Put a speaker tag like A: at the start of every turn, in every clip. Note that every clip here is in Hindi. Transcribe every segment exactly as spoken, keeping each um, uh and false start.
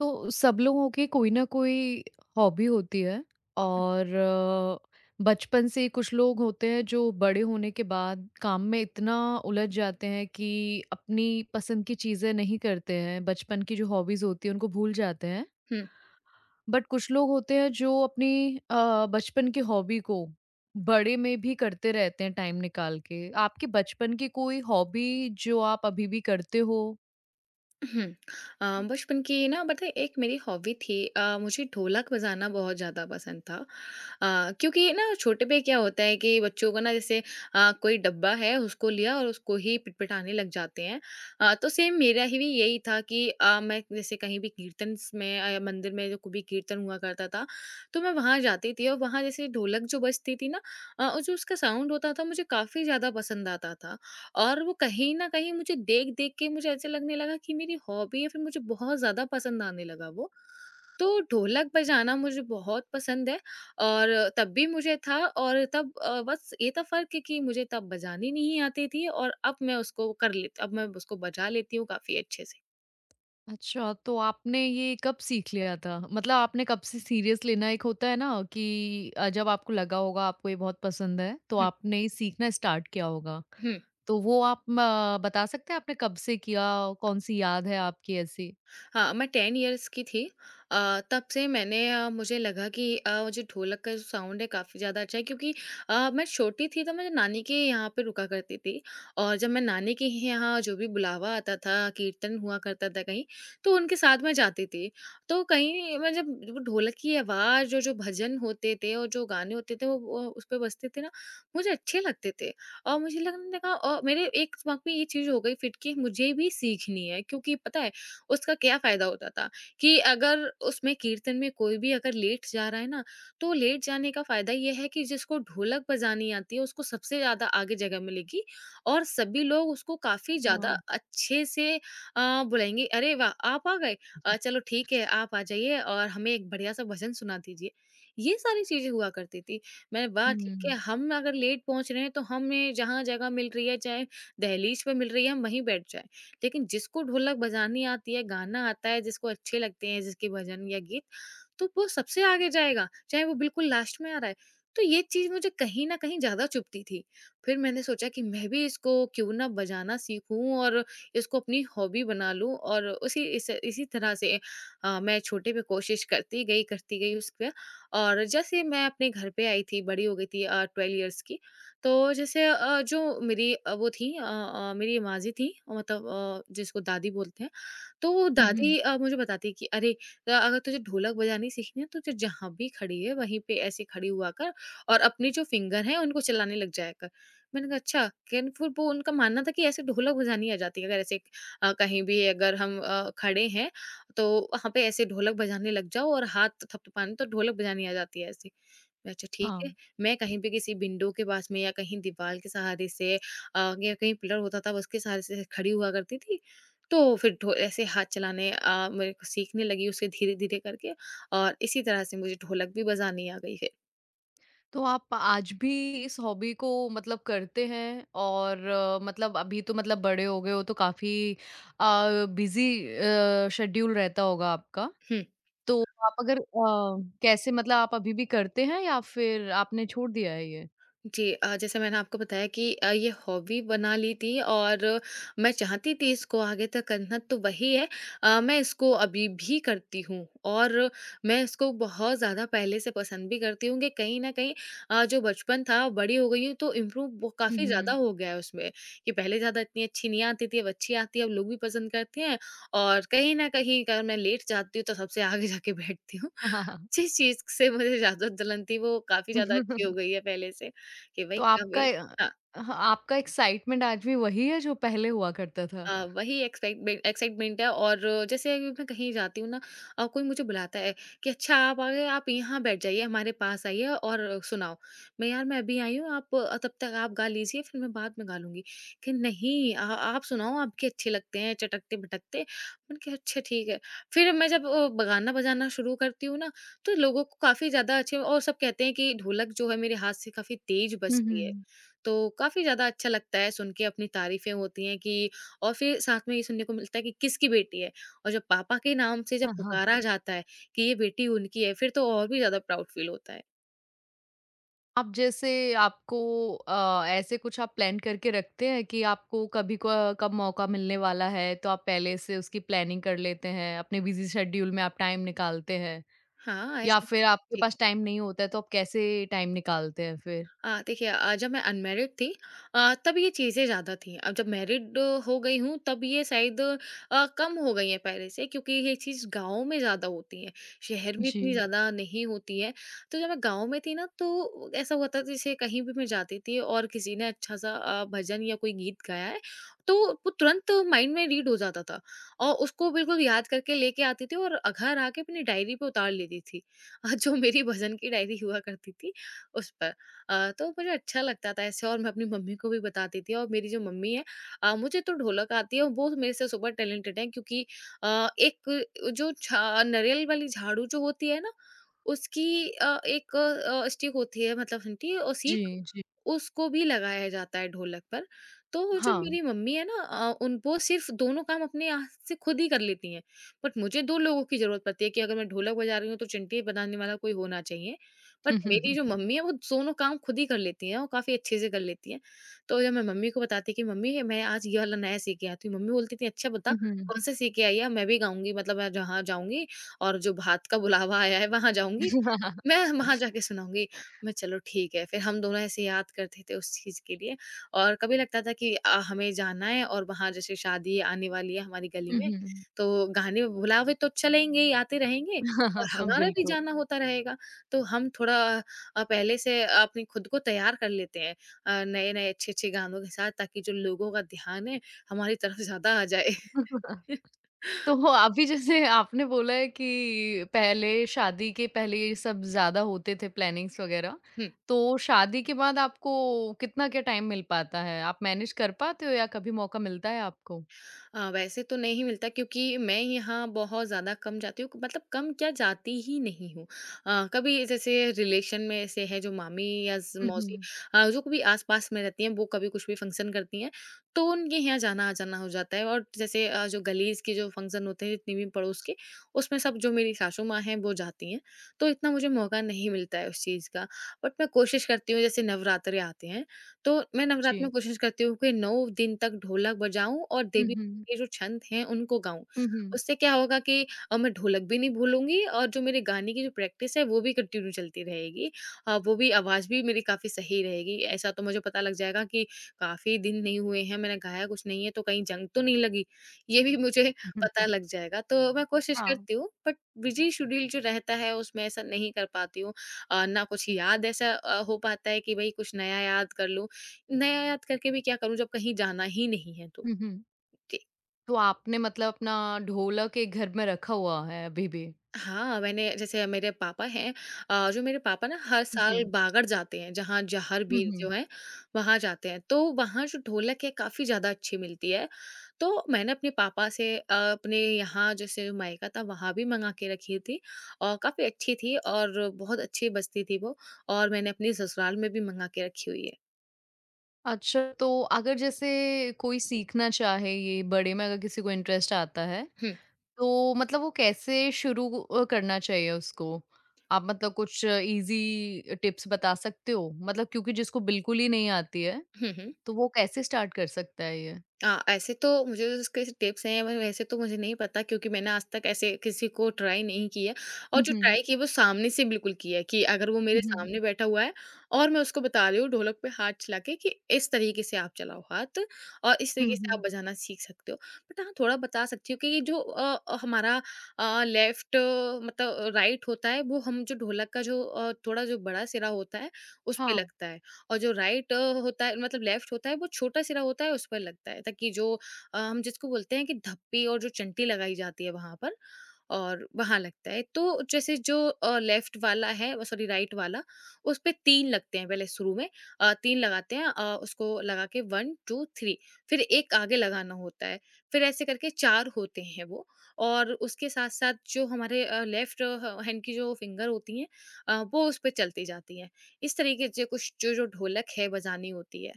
A: तो सब लोगों की कोई ना कोई हॉबी होती है और अ, बचपन से ही कुछ लोग होते हैं जो बड़े होने के बाद काम में इतना उलझ जाते हैं कि अपनी पसंद की चीज़ें नहीं करते हैं बचपन की जो हॉबीज़ होती हैं उनको भूल जाते हैं।
B: हम्म
A: बट कुछ लोग होते हैं जो अपनी अ, बचपन की हॉबी को बड़े में भी करते रहते हैं टाइम निकाल के। आपके बचपन की कोई हॉबी जो आप अभी भी करते हो?
B: हम्म। अ, बचपन की ना पता है एक मेरी हॉबी थी अ, मुझे ढोलक बजाना बहुत ज़्यादा पसंद था। अ, क्योंकि ना छोटे पे क्या होता है कि बच्चों को ना जैसे अ, कोई डब्बा है उसको लिया और उसको ही पिटपिटाने लग जाते हैं। अ, तो सेम मेरा ही भी यही था कि अ, मैं जैसे कहीं भी कीर्तन स- में अ, मंदिर में जो कोई भी कीर्तन हुआ करता था तो मैं वहाँ जाती थी और वहाँ जैसे ढोलक जो बजती थी ना अ, और जो उसका साउंड होता था मुझे काफ़ी ज़्यादा पसंद आता था। और वो कहीं न कहीं मुझे देख-देख के मुझे ऐसे लगने लगा कि मेरी हॉबी है फिर मुझे बहुत ज़्यादा पसंद आने लगा वो। तो ढोलक बजाना मुझे बहुत पसंद है। और तब भी मुझे था और तब अ, बस ये था फ़र्क है कि मुझे तब बजानी नहीं आती थी और अब मैं उसको कर लेती अब मैं उसको बजा लेती हूँ काफ़ी अच्छे से।
A: अच्छा, तो आपने ये कब सीख लिया था? मतलब आपने कब से सीरियस लेना एक होता है ना कि अ, जब आपको लगा होगा आपको ये बहुत पसंद है, तो
B: हुँ,
A: आपने ये सीखना स्टार्ट किया होगा।
B: हुँ।
A: तो वो आप म बता सकते हैं आपने कब से किया? कौन-सी याद है आपकी ऐसी?
B: हाँ, मैं टेन इयर्स की थी। अ, तब से मैंने अ, मुझे लगा कि अ, वो जो ढोलक का जो साउंड है काफ़ी ज़्यादा अच्छा है, क्योंकि अ, मैं छोटी थी तो मैं नानी के यहाँ पे रुका करती थी। और जब मैं नानी के ही यहाँ जो भी बुलावा आता था, कीर्तन हुआ करता था कहीं, तो उनके साथ मैं जाती थी। तो कहीं मैं जब वो ढोलक की आवाज़ और जो भजन होते थे और जो गाने होते थे वो वो उस पे बजते थे ना, मुझे अच्छे लगते थे। और मुझे लगने लगा और मेरे एक दिमाग में ये चीज़ हो गई फिट कि मुझे भी सीखनी है, क्योंकि पता है उसका क्या फ़ायदा होता था कि अगर उसमें कीर्तन में कोई भी अगर लेट जा रहा है ना, तो लेट जाने का फ़ायदा ये है कि जिसको ढोलक बजानी आती है, उसको सबसे ज़्यादा आगे जगह मिलेगी और सभी लोग उसको काफ़ी ज़्यादा
A: वाह!
B: अच्छे से अ, बुलाएँगे, "अरे वाह! आप आ गए? अ, चलो ठीक है, आप आ जाइए और हमें एक बढ़िया-सा भजन सुना दीजिए।" ये सारी चीज़ें हुआ करती थी। मैं वाह! ठीक
A: हुँ।
B: है, हम अगर लेट पहुँच रहे हैं, तो हमें जहाँ जगह मिल रही है, चाहे दहलीज पे मिल रही है, हम वहीं बैठ जाएँ। लेकिन जिसको ढोलक बजानी आती है, गाना आता है, जिसको अच्छे लगते हैं, जिसके भजन या गीत, तो वो सबसे आगे जाएगा, चाहे वो बिल्कुल लास्ट में आ रहा है। तो ये चीज़ मुझे कहीं न कहीं ज़्यादा चुभती थी। फिर मैंने सोचा कि मैं भी इसको क्यों ना बजाना सीखूँ और इसको अपनी हॉबी बना लूँ, और उसी इस इसी तरह से अ, मैं छोटे पे कोशिश करती गई, करती गई उस पे। और जैसे मैं अपने घर पे आई थी, बड़ी हो गई थी अ, ट्वेल्व इयर्स की। तो जैसे अ, जो मेरी अ, वो थी अ अ, मेरी माँ जी थी, मतलब अ, जिसको दादी बोलते हैं, तो वो
A: हुँ, हुँ।
B: दादी अ, मुझे बताती कि अरे अ, अगर तुझे ढोलक बजानी सीखनी है तो तू जहाँ भी खड़ी है वहीं पे ऐसे खड़ी हुआ कर और अपने जो फिंगर हैं उनको चलाने लग जाया कर। मैंने कहा अच्छा कैन। फिर वो उनका मानना था कि ऐसे ढोलक बजानी आ जाती है, अगर ऐसे अ, कहीं भी अगर हम अ, खड़े हैं तो वहाँ पे ऐसे ढोलक बजाने लग जाओ और हाथ थपथपाने तो ढोलक बजानी आ जाती है ऐसे। अच्छा ठीक है।
A: हाँ,
B: मैं कहीं पे किसी विंडो के पास में या कहीं दीवार के सहारे से अ, या कहीं पिलर होता था उसके सहारे से खड़ी हुआ करती थी। तो फिर ढो ऐसे हाथ चलाने अ, मेरे को सीखने लगी उसे धीरे-धीरे करके और इसी तरह से मुझे ढोलक भी बजानी आ गई है।
A: तो आप आज भी इस हॉबी को मतलब करते हैं और अ, मतलब अभी तो मतलब बड़े हो गए हो तो काफ़ी अ, बिज़ी अ, शेड्यूल रहता होगा आपका।
B: हुँ।
A: तो आप अगर अ, कैसे मतलब आप अभी भी करते हैं या फिर आपने छोड़ दिया है ये?
B: जी अ, जैसे मैंने आपको बताया कि अ, ये हॉबी बना ली थी और मैं चाहती थी इसको आगे तक करना, तो वही है। अ, मैं इसको अभी भी करती हूँ। और मैं इसको बहुत ज़्यादा पहले से पसंद भी करती हूँ कि कहीं ना कहीं अ, जो बचपन था, बड़ी हो गई हूँ, तो इम्प्रूव
A: हुँ,
B: काफ़ी ज़्यादा
A: हुँ।
B: हो गया है उसमें, कि पहले ज़्यादा इतनी अच्छी नहीं आती थी, अब अच्छी आती है, अब लोग भी पसंद करते हैं। और कहीं ना कहीं अगर मैं लेट जाती हूँ तो सबसे आगे जाके बैठती हूँ। जिस चीज़ से मुझे ज़्यादा जलन थी, वो काफ़ी ज़्यादा अच्छी हो गई है पहले से, कि भाई
A: तो आपका
B: कभी।
A: अ,
B: हाँ।
A: ह आपका एक्साइटमेंट आज भी वही है जो पहले हुआ करता था?
B: अ, वही एक्साइटमेंट एक्साइटमेंट है। और जैसे अभी मैं कहीं जाती हूँ ना, अ, कोई मुझे बुलाता है कि अच्छा आप आ गए, आप यहाँ बैठ जाइए, हमारे पास आइए और सुनाओ। मैं यार मैं अभी आई हूँ आप अ, तब तक आप गा लीजिए, फिर मैं बाद में गा लूंगी। कि नहीं आ, आप सुनाओ, आपके अच्छे लगते हैं चटकते भटकते। मैंने कहा अच्छा ठीक है। फिर मैं जब अ, ब- गाना बजाना शुरू करती हूँ ना, तो लोगों को काफी ज्यादा अच्छे और सब कहते हैं कि ढोलक जो है मेरे हाथ से काफी तेज
A: हुँ,
B: बजती है।
A: हुँ।
B: तो काफी ज्यादा अच्छा लगता है सुन के अपनी तारीफें होती हैं, कि और फिर साथ में ये सुनने को मिलता है कि किसकी बेटी है। और जब पापा के नाम से जब पुकारा जाता है कि ये बेटी उनकी है, फिर तो और भी ज़्यादा प्राउड फील होता है।
A: आप जैसे आपको अ, ऐसे कुछ आप प्लान करके रखते हैं कि आपको कभी क कब मौका मिलने वाला है, तो आप पहले से उसकी प्लानिंग कर लेते हैं, अपने बिज़ी शेड्यूल में आप टाइम निकालते हैं
B: हाँ,
A: या
B: ऐसा
A: फिर आपके
B: जी।
A: पास टाइम नहीं होता है, तो आप कैसे टाइम निकालते हैं फिर?
B: अ, देखिए अ, जब मैं अनमैरिड थी अ, तब ये चीज़ें ज़्यादा थी। अब जब मैरिड हो गई हूँ तब ये शायद अ, कम हो गई है पहले से, क्योंकि ये चीज़ गाँव में ज़्यादा होती है, शहर में इतनी
A: जी।
B: ज़्यादा नहीं होती है। तो जब मैं गाँव में थी ना तो ऐसा हुआ था जैसे कहीं भी मैं जाती थी और किसी ने अच्छा-सा अ, भजन या कोई गीत गाया है, तो वो तुरंत माइंड में रीड हो जाता था और उसको बिल्कुल याद करके लेके आती थी और घर आके अपनी डायरी पे उतार लेती थी। अ, जो मेरी भजन की डायरी हुआ करती थी उस पर। अ, तो मुझे अच्छा लगता था ऐसे और मैं अपनी मम्मी को भी बताती थी। और मेरी जो मम्मी है अ, मुझे तो ढोलक आती है और वो मेरे से सुपर टैलेंटेड है, क्योंकि अ, एक जो झा- नारियल वाली झाड़ू जो होती है ना, उसकी अ, एक अ, स्टिक होती है, मतलब डंडी और सीख,
A: जी, जी।
B: उसको भी लगाया जाता है ढोलक पर। तो जो
A: हाँ।
B: मेरी मम्मी है ना, अ, उन वो सिर्फ दोनों काम अपने हाथ से खुद ही कर लेती हैं। बट मुझे दो लोगों की जरूरत पड़ती है कि अगर मैं ढोलक बजा रही हूँ तो चिंटी बजाने वाला कोई होना चाहिए। बट
A: हुँ, हुँ,
B: मेरी
A: हुँ।
B: जो मम्मी है वो दोनों काम खुद ही कर लेती हैं और काफ़ी अच्छे से कर लेती हैं। तो जब मैं मम्मी को बताती कि मम्मी मैं आज ये वाला नया सीख के आई थी, मम्मी बोलती थी अच्छा बता
A: हुँ, हुँ।
B: कौन सा सीख के आई है? मैं भी गाऊँगी, मतलब मैं जहाँ जाऊँगी और जो भात का बुलावा आया है वहाँ जाऊँगी, मैं वहाँ जाके सुनाऊँगी। मैं चलो ठीक है, फिर हम दोनों ऐसे याद करते थे उस चीज़ के लिए। और कभी लगता था कि अ, हमें जाना है और वहाँ जैसे शादी आने वाली है हमारी गली
A: हुँ,
B: में,
A: हुँ।
B: तो गाने बुलावे तो चलेंगे ही, आते रहेंगे,
A: हाँ, हाँ,
B: और
A: हाँ,
B: हमारा भी
A: बिल्कुल।
B: जाना होता रहेगा। तो हम थोड़ा अ, पहले से अपनी खुद को तैयार कर लेते हैं अ, नए-नए अच्छे-अच्छे गानों के साथ, ताकि जो लोगों का ध्यान है, हमारी तरफ ज़्यादा आ जाए।
A: तो हो, अभी जैसे आपने बोला है कि पहले शादी के पहले ये सब ज़्यादा होते थे प्लानिंग्स वगैरह,
B: हम्म।
A: तो शादी के बाद आपको कितना क्या टाइम मिल पाता है? आप मैनेज कर पाते हो या कभी मौका मिलता है आपको?
B: अ, वैसे तो नहीं मिलता, क्योंकि मैं यहाँ बहुत ज़्यादा कम जाती हूँ, मतलब कम क्या जाती ही नहीं हूँ। अ, कभी जैसे रिलेशन में ऐसे हैं जो मामी या ज़
A: हुँ,
B: मौसी
A: हुँ।
B: अ, जो कभी आस-पास में रहती हैं, वो कभी कुछ भी फंक्शन करती हैं, तो उनके यहाँ जाना आ-जाना हो जाता है। और जैसे अ, जो गलीज़ के जो फंक्शन होते हैं जितने भी पड़ोस के, उसमें सब जो मेरी सासू माँ हैं, वो जाती हैं। तो इतना मुझे मौका नहीं मिलता है उस चीज़ का। बट मैं कोशिश करती हूँ, जैसे नवरात्रे आते हैं, तो मैं नवरात्र
A: जी।
B: में कोशिश करती हूँ कि नौ दिन तक ढोलक बजाऊँ और
A: हुँ,
B: देवी
A: हुँ।
B: के जो छंद हैं उनको गाऊँ।
A: हुँ, हुँ।
B: उससे क्या होगा कि अ, मैं ढोलक भी नहीं भूलूँगी और जो मेरे गाने की जो प्रैक्टिस है वो भी कंटिन्यू चलती रहेगी। अ, वो भी आवाज़ भी मेरी काफ़ी सही रहेगी। ऐसा तो मुझे पता लग जाएगा कि काफ़ी दिन नहीं हुए हैं, मैंने गाया कुछ नहीं है, तो कहीं जंग तो नहीं लगी। ये भी मुझे पता लग जाएगा। तो मैं कोशिश
A: हाँ।
B: करती हूँ, बट बिज़ी शेड्यूल जो रहता है उसमें ऐसा नहीं कर पाती हूँ। अ, ना कुछ याद ऐसा अ, हो पाता है कि भई कुछ नया याद कर लूँ। नया याद करके भी क्या करूँ जब कहीं जाना ही नहीं है तो।
A: हुँ, हुँ।
B: जी।
A: तो आपने मतलब अपना ढोलक एक घर में रखा हुआ है अभी भी?
B: हाँ, मैंने जैसे मेरे पापा हैं अ, जो मेरे पापा ना हर साल
A: जी।
B: बागड़ जाते हैं, जहाँ
A: हुँ,
B: जहारवीर
A: हुँ।
B: जो है, वहाँ जाते हैं। तो वहाँ जो ढोलक है काफ़ी ज़्यादा अच्छी मिलती है। तो मैंने अपने पापा से अ, अपने यहाँ जैसे जो मायका था वहाँ भी मँगा के रखी थी, और काफ़ी अच्छी थी और बहुत अच्छी बजती थी वो। और मैंने अपने ससुराल में भी मँगा के रखी हुई है।
A: अच्छा, तो अगर जैसे कोई सीखना चाहे ये बड़े में अगर किसी को इंटरेस्ट आता है,
B: हुँ।
A: तो मतलब वो कैसे शुरू अ, करना चाहिए उसको? आप मतलब कुछ ईज़ी टिप्स बता सकते हो? मतलब क्योंकि जिसको बिल्कुल ही नहीं आती है,
B: हुँ, हुँ।
A: तो वो कैसे स्टार्ट कर सकता है ये?
B: अ, ऐसे तो मुझे उसके टिप्स हैं, वै वैसे तो मुझे नहीं पता, क्योंकि मैंने आज तक ऐसे किसी को ट्राई नहीं किया। और
A: हुँ,
B: जो
A: हुँ।
B: ट्राई किया वो सामने से बिल्कुल किया है, कि अगर वो
A: हुँ,
B: मेरे
A: हुँ।
B: सामने बैठा हुआ है और मैं उसको बता रही हूँ ढोलक पे हाथ चला के, कि इस तरीके से आप चलाओ हाथ और इस
A: हुँ,
B: तरीके से आप
A: हुँ।
B: बजाना सीख सकते हो। बट हाँ, थोड़ा बता सकती हूँ कि ये जो अ अ, हमारा अ, लेफ्ट मतलब राइट होता है, वो हम जो ढोलक का जो अ, थोड़ा जो बड़ा सिरा होता है, उस पे
A: हाँ,
B: लगता है। और जो राइट होता है मतलब लेफ्ट होता है, वो छोटा सिरा होता है, उस पर लगता है, ताकि जो अ, हम जिसको बोलते हैं कि धप्पी, और जो चंटी लगाई जाती है वहां पर, और वहां लगता है। तो जैसे जो लेफ्ट वाला है, सॉरी राइट वाला, उस पे तीन लगते हैं पहले शुरू में। अ, तीन लगाते हैं, अ, उसको लगा के वन टू थ्री। फिर एक आगे लगाना होता है, फिर ऐसे करके चार होते हैं वो। और उसके साथ साथ जो हमारे लेफ्ट हैंड की जो फिंगर होती हैं, अ, वो उस पर चलती जाती हैं। इस तरीके से कुछ जो जो ढोलक है बजानी होती है।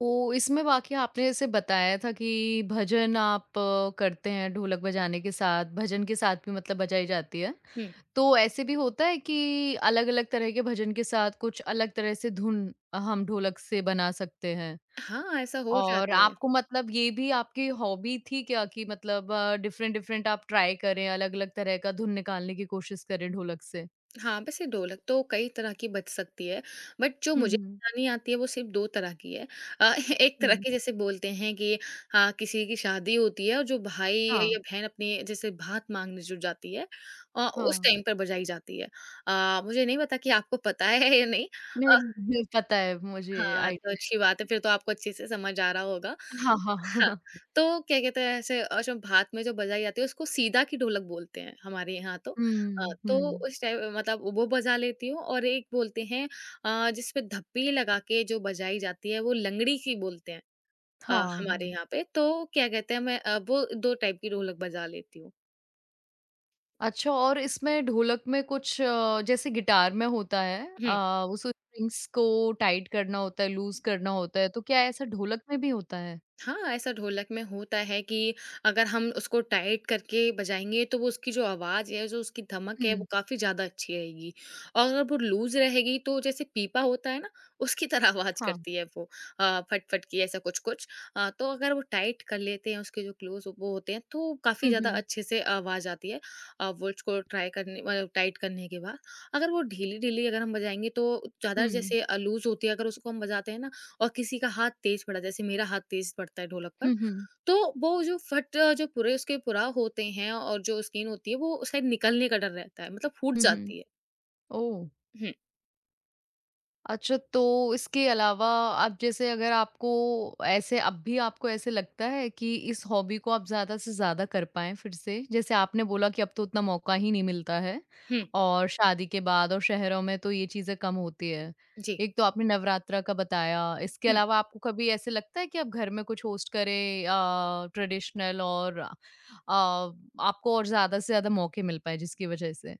A: तो इसमें वाक़ई आपने जैसे बताया था कि भजन आप अ, करते हैं ढोलक बजाने के साथ, भजन के साथ भी मतलब बजाई जाती है?
B: हुँ।
A: तो ऐसे भी होता है कि अलग-अलग तरह के भजन के साथ कुछ अलग तरह से धुन हम ढोलक से बना सकते हैं।
B: हाँ, ऐसा हो
A: और
B: जाता है।
A: आपको मतलब ये भी आपकी हॉबी थी क्या कि मतलब अ, डिफरेंट डिफरेंट आप ट्राई करें, अलग-अलग तरह का धुन निकालने की कोशिश करें ढोलक से?
B: हाँ, वैसे ढोलक तो कई तरह की बज सकती है, बट जो
A: हुँ,
B: मुझे
A: हुँ,
B: बजानी आती है वो सिर्फ़ दो तरह की है। अ, एक तरह
A: हुँ।
B: की जैसे बोलते हैं कि हाँ, किसी की शादी होती है और जो भाई
A: हाँ,
B: या बहन अपनी जैसे भात माँगने जो जाती है, अ, उस
A: हाँ।
B: टाइम पर बजाई जाती है। अ, मुझे नहीं पता कि आपको पता है या नहीं?
A: नहीं,
B: अ,
A: मुझे पता है, मुझे
B: हाँ, तो
A: आइडिया है
B: अच्छी बात है,
A: इसका।
B: फिर तो आपको अच्छे से समझ आ रहा होगा।
A: हाँ, हाँ।
B: हाँ, तो क्या कहते हैं, ऐसे अ, जो भात में जो बजाई जाती है उसको सीधा की ढोलक बोलते हैं हमारे यहाँ तो। अ,
A: हुँ,
B: तो
A: हुँ।
B: उस टाइम मतलब वो बजा लेती हूँ, और एक बोलते हैं, अ, जिसपे धप्पी लगा के जो बजाई जाती है वो लंगड़ी की बोलते हैं अ,
A: हाँ,
B: हमारे
A: हाँ।
B: यहाँ पे। तो क्या कहते हैं, मैं अ, वो दो टाइप की ढोलक बजा लेती हूँ।
A: अच्छा और इसमें ढोलक में कुछ अ, जैसे गिटार में होता है
B: हुँ।
A: अ, उस स्ट्रिंग्स को टाइट करना होता है, लूज़ करना होता है, तो क्या ऐसा ढोलक में भी होता है?
B: हाँ, ऐसा ढोलक में होता है कि अगर हम उसको टाइट करके बजाएँगे, तो वो उसकी जो आवाज़ है, जो उसकी धमक है,
A: हुँ,
B: वो काफ़ी ज़्यादा अच्छी आएगी। और अगर वो लूज़ रहेगी, तो जैसे पीपा होता है ना, उसकी तरह आवाज़
A: हाँ।
B: करती है वो, अ, फट-फट की, ऐसा कुछ-कुछ। अ, तो अगर वो टाइट कर लेते हैं, उसके जो क्लोज़ वो होते हैं, तो काफ़ी
A: हुँ,
B: ज़्यादा
A: हुँ।
B: अच्छे से आवाज़ आती है, अ, वो उसको ट्राई करने मतलब टाइट करने के बाद। अगर वो ढीली-ढीली अगर हम बजाएँगे, तो ज़्यादा
A: हुँ।
B: जैसे अ, लूज़ होती है, अगर उसको हम बजाते हैं ना, और किसी का हाथ तेज पड़ा, जैसे मेरा हाथ तेज पड़ता है ढोलक पर,
A: हुँ, हुँ।
B: तो वो जो फट जो पूरे उसके पुराव होते हैं और जो स्किन होती है, वो शायद निकलने का डर रहता है, मतलब फूट
A: हुँ, हुँ।
B: जाती है।
A: ओह!
B: हुँ,
A: अच्छा, तो इसके अलावा आप जैसे अगर आपको ऐसे अब भी आपको ऐसे लगता है कि इस हॉबी को आप ज़्यादा से ज़्यादा कर पाएँ फिर से? जैसे आपने बोला कि अब तो उतना मौका ही नहीं मिलता है
B: हुँ,
A: और शादी के बाद और शहरों में तो ये चीज़ें कम होती है।
B: जी।
A: एक तो आपने नवरात्रा का बताया, इसके
B: हुँ।
A: अलावा आपको कभी ऐसे लगता है कि आप घर में कुछ होस्ट करें अ, ट्रेडिशनल और अ, आपको और ज़्यादा से ज़्यादा मौके मिल पाएँ जिसकी वजह से?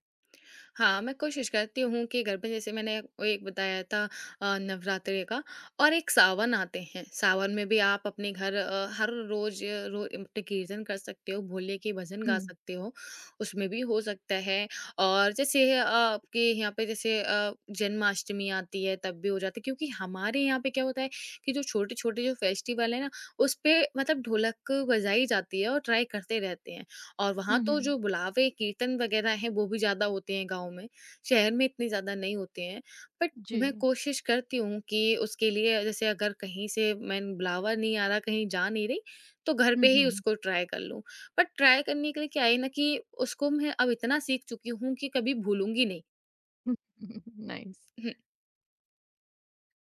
B: हाँ, मैं कोशिश करती हूँ कि घर पे, जैसे मैंने वो एक बताया था अ, नवरात्रि का, और एक सावन आते हैं। सावन में भी आप अपने घर अ, हर रोज़ रो अपने कीर्तन कर सकते हो, भोले के भजन गा
A: हुँ।
B: सकते हो, उसमें भी हो सकता है। और जैसे अ, आपके यहाँ पे जैसे अ, जन्माष्टमी आती है तब भी हो जाता है, क्योंकि हमारे यहाँ पे क्या होता है कि जो छोटे-छोटे जो फेस्टिवल है ना, उस पे मतलब ढोलक बजाई जाती है और ट्राई करते रहते हैं। और वहाँ
A: हुँ,
B: तो
A: हुँ।
B: जो बुलावे, कीर्तन वगैरह हैं, वो भी ज़्यादा होते हैं गाँव में। शहर में इतने ज़्यादा नहीं होते हैं। बट
A: जी।
B: मैं कोशिश करती हूँ कि उसके लिए, जैसे अगर कहीं से मैं बुलावा नहीं आ रहा, कहीं जा नहीं रही, तो घर
A: हुँ,
B: पे ही
A: हुँ।
B: उसको ट्राई कर लूँ। बट ट्राई करने के लिए क्या है ना, कि उसको मैं अब इतना सीख चुकी हूँ कि कभी भूलूँगी नहीं।
A: Nice.
B: हुँ,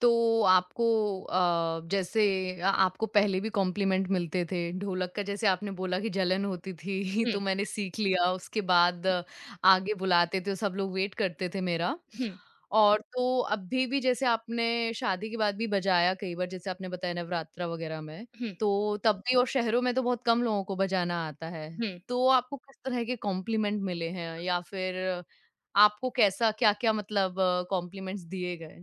A: तो आपको अ, जैसे अ, आपको पहले भी कॉम्प्लीमेंट मिलते थे ढोलक का जैसे आपने बोला कि जलन होती थी
B: हुँ,
A: तो मैंने सीख लिया उसके बाद अ, आगे बुलाते थे सब लोग वेट करते थे मेरा
B: हुँ,
A: और तो अभी भी जैसे आपने शादी के बाद भी बजाया कई बार जैसे आपने बताया नवरात्रा वगैरह में
B: हुँ,
A: तो तब भी और शहरों में तो बहुत कम लोगों को बजाना आता है
B: हुँ।
A: तो आपको किस तरह के कॉम्प्लीमेंट मिले हैं या फिर आपको कैसा क्या क्या मतलब कॉम्प्लीमेंट्स दिए गए?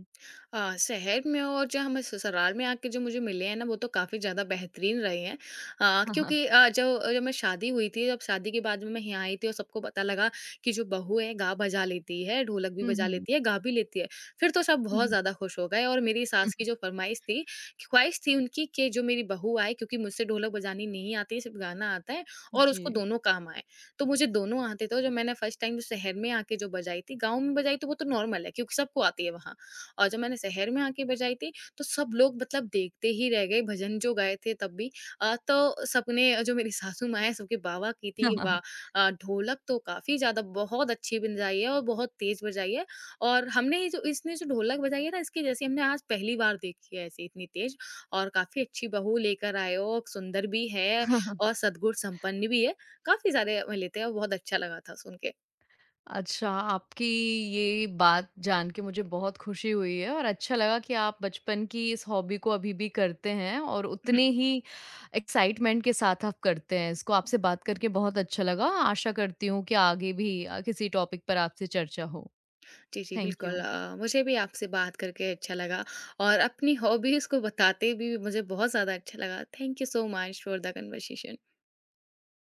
B: अ, शहर में और जो हमें ससुराल में आके जो मुझे मिले हैं ना, वो तो काफ़ी ज़्यादा बेहतरीन रहे हैं, अ, क्योंकि अ, जो जब मैं शादी हुई थी, जब शादी के बाद में मैं यहाँ आई थी और सबको पता लगा कि जो बहू है गा बजा लेती है, ढोलक भी
A: हुँ,
B: बजा
A: हुँ।
B: लेती है, गा भी लेती है, फिर तो सब
A: हुँ,
B: बहुत
A: हुँ।
B: ज़्यादा खुश हो गए। और मेरी सास की जो फरमाइश थी, ख्वाहिश थी उनकी कि जो मेरी बहू आए, क्योंकि मुझसे ढोलक बजानी नहीं आती, सिर्फ गाना आता है, और
A: जी।
B: उसको दोनों काम आए, तो मुझे दोनों आते थे। और जब मैंने फर्स्ट टाइम शहर में आके जो बजाई थी, गाँव में बजाई तो वो तो नॉर्मल है, क्योंकि सबको आती है वहाँ। और जब मैंने शहर में आके बजाई थी, तो सब लोग मतलब देखते ही रह गए, भजन जो गाए थे तब भी। अ, तो सबने, जो मेरी सासू माँ है सबके, वाह-वाह की थी कि वाह! अ, ढोलक तो काफ़ी ज़्यादा बहुत अच्छी बजाई है और बहुत तेज़ बजाई है, और हमने ये जो इसने जो ढोलक बजाई है ना, इसकी जैसी हमने आज पहली बार देखी है, ऐसी इतनी तेज़, और काफ़ी अच्छी बहू लेकर आए हो, सुंदर भी है, और सद्गुण संपन्न भी है। काफ़ी सारे लेते हैं, और बहुत अच्छा लगा था सुन के।
A: अच्छा, आपकी ये बात जान के मुझे बहुत खुशी हुई है और अच्छा लगा कि आप बचपन की इस हॉबी को अभी भी करते हैं और उतने ही एक्साइटमेंट के साथ आप करते हैं इसको। आपसे बात करके बहुत अच्छा लगा। आशा करती हूँ कि आगे भी अ, किसी टॉपिक पर आपसे चर्चा हो।
B: जी, जी,
A: थैंक
B: बिल्कुल,
A: यू।
B: अ, मुझे भी आपसे बात करके अच्छा लगा, और अपनी हॉबीज़ को बताते भी मुझे बहुत ज़्यादा अच्छा लगा। Thank you so much for the conversation.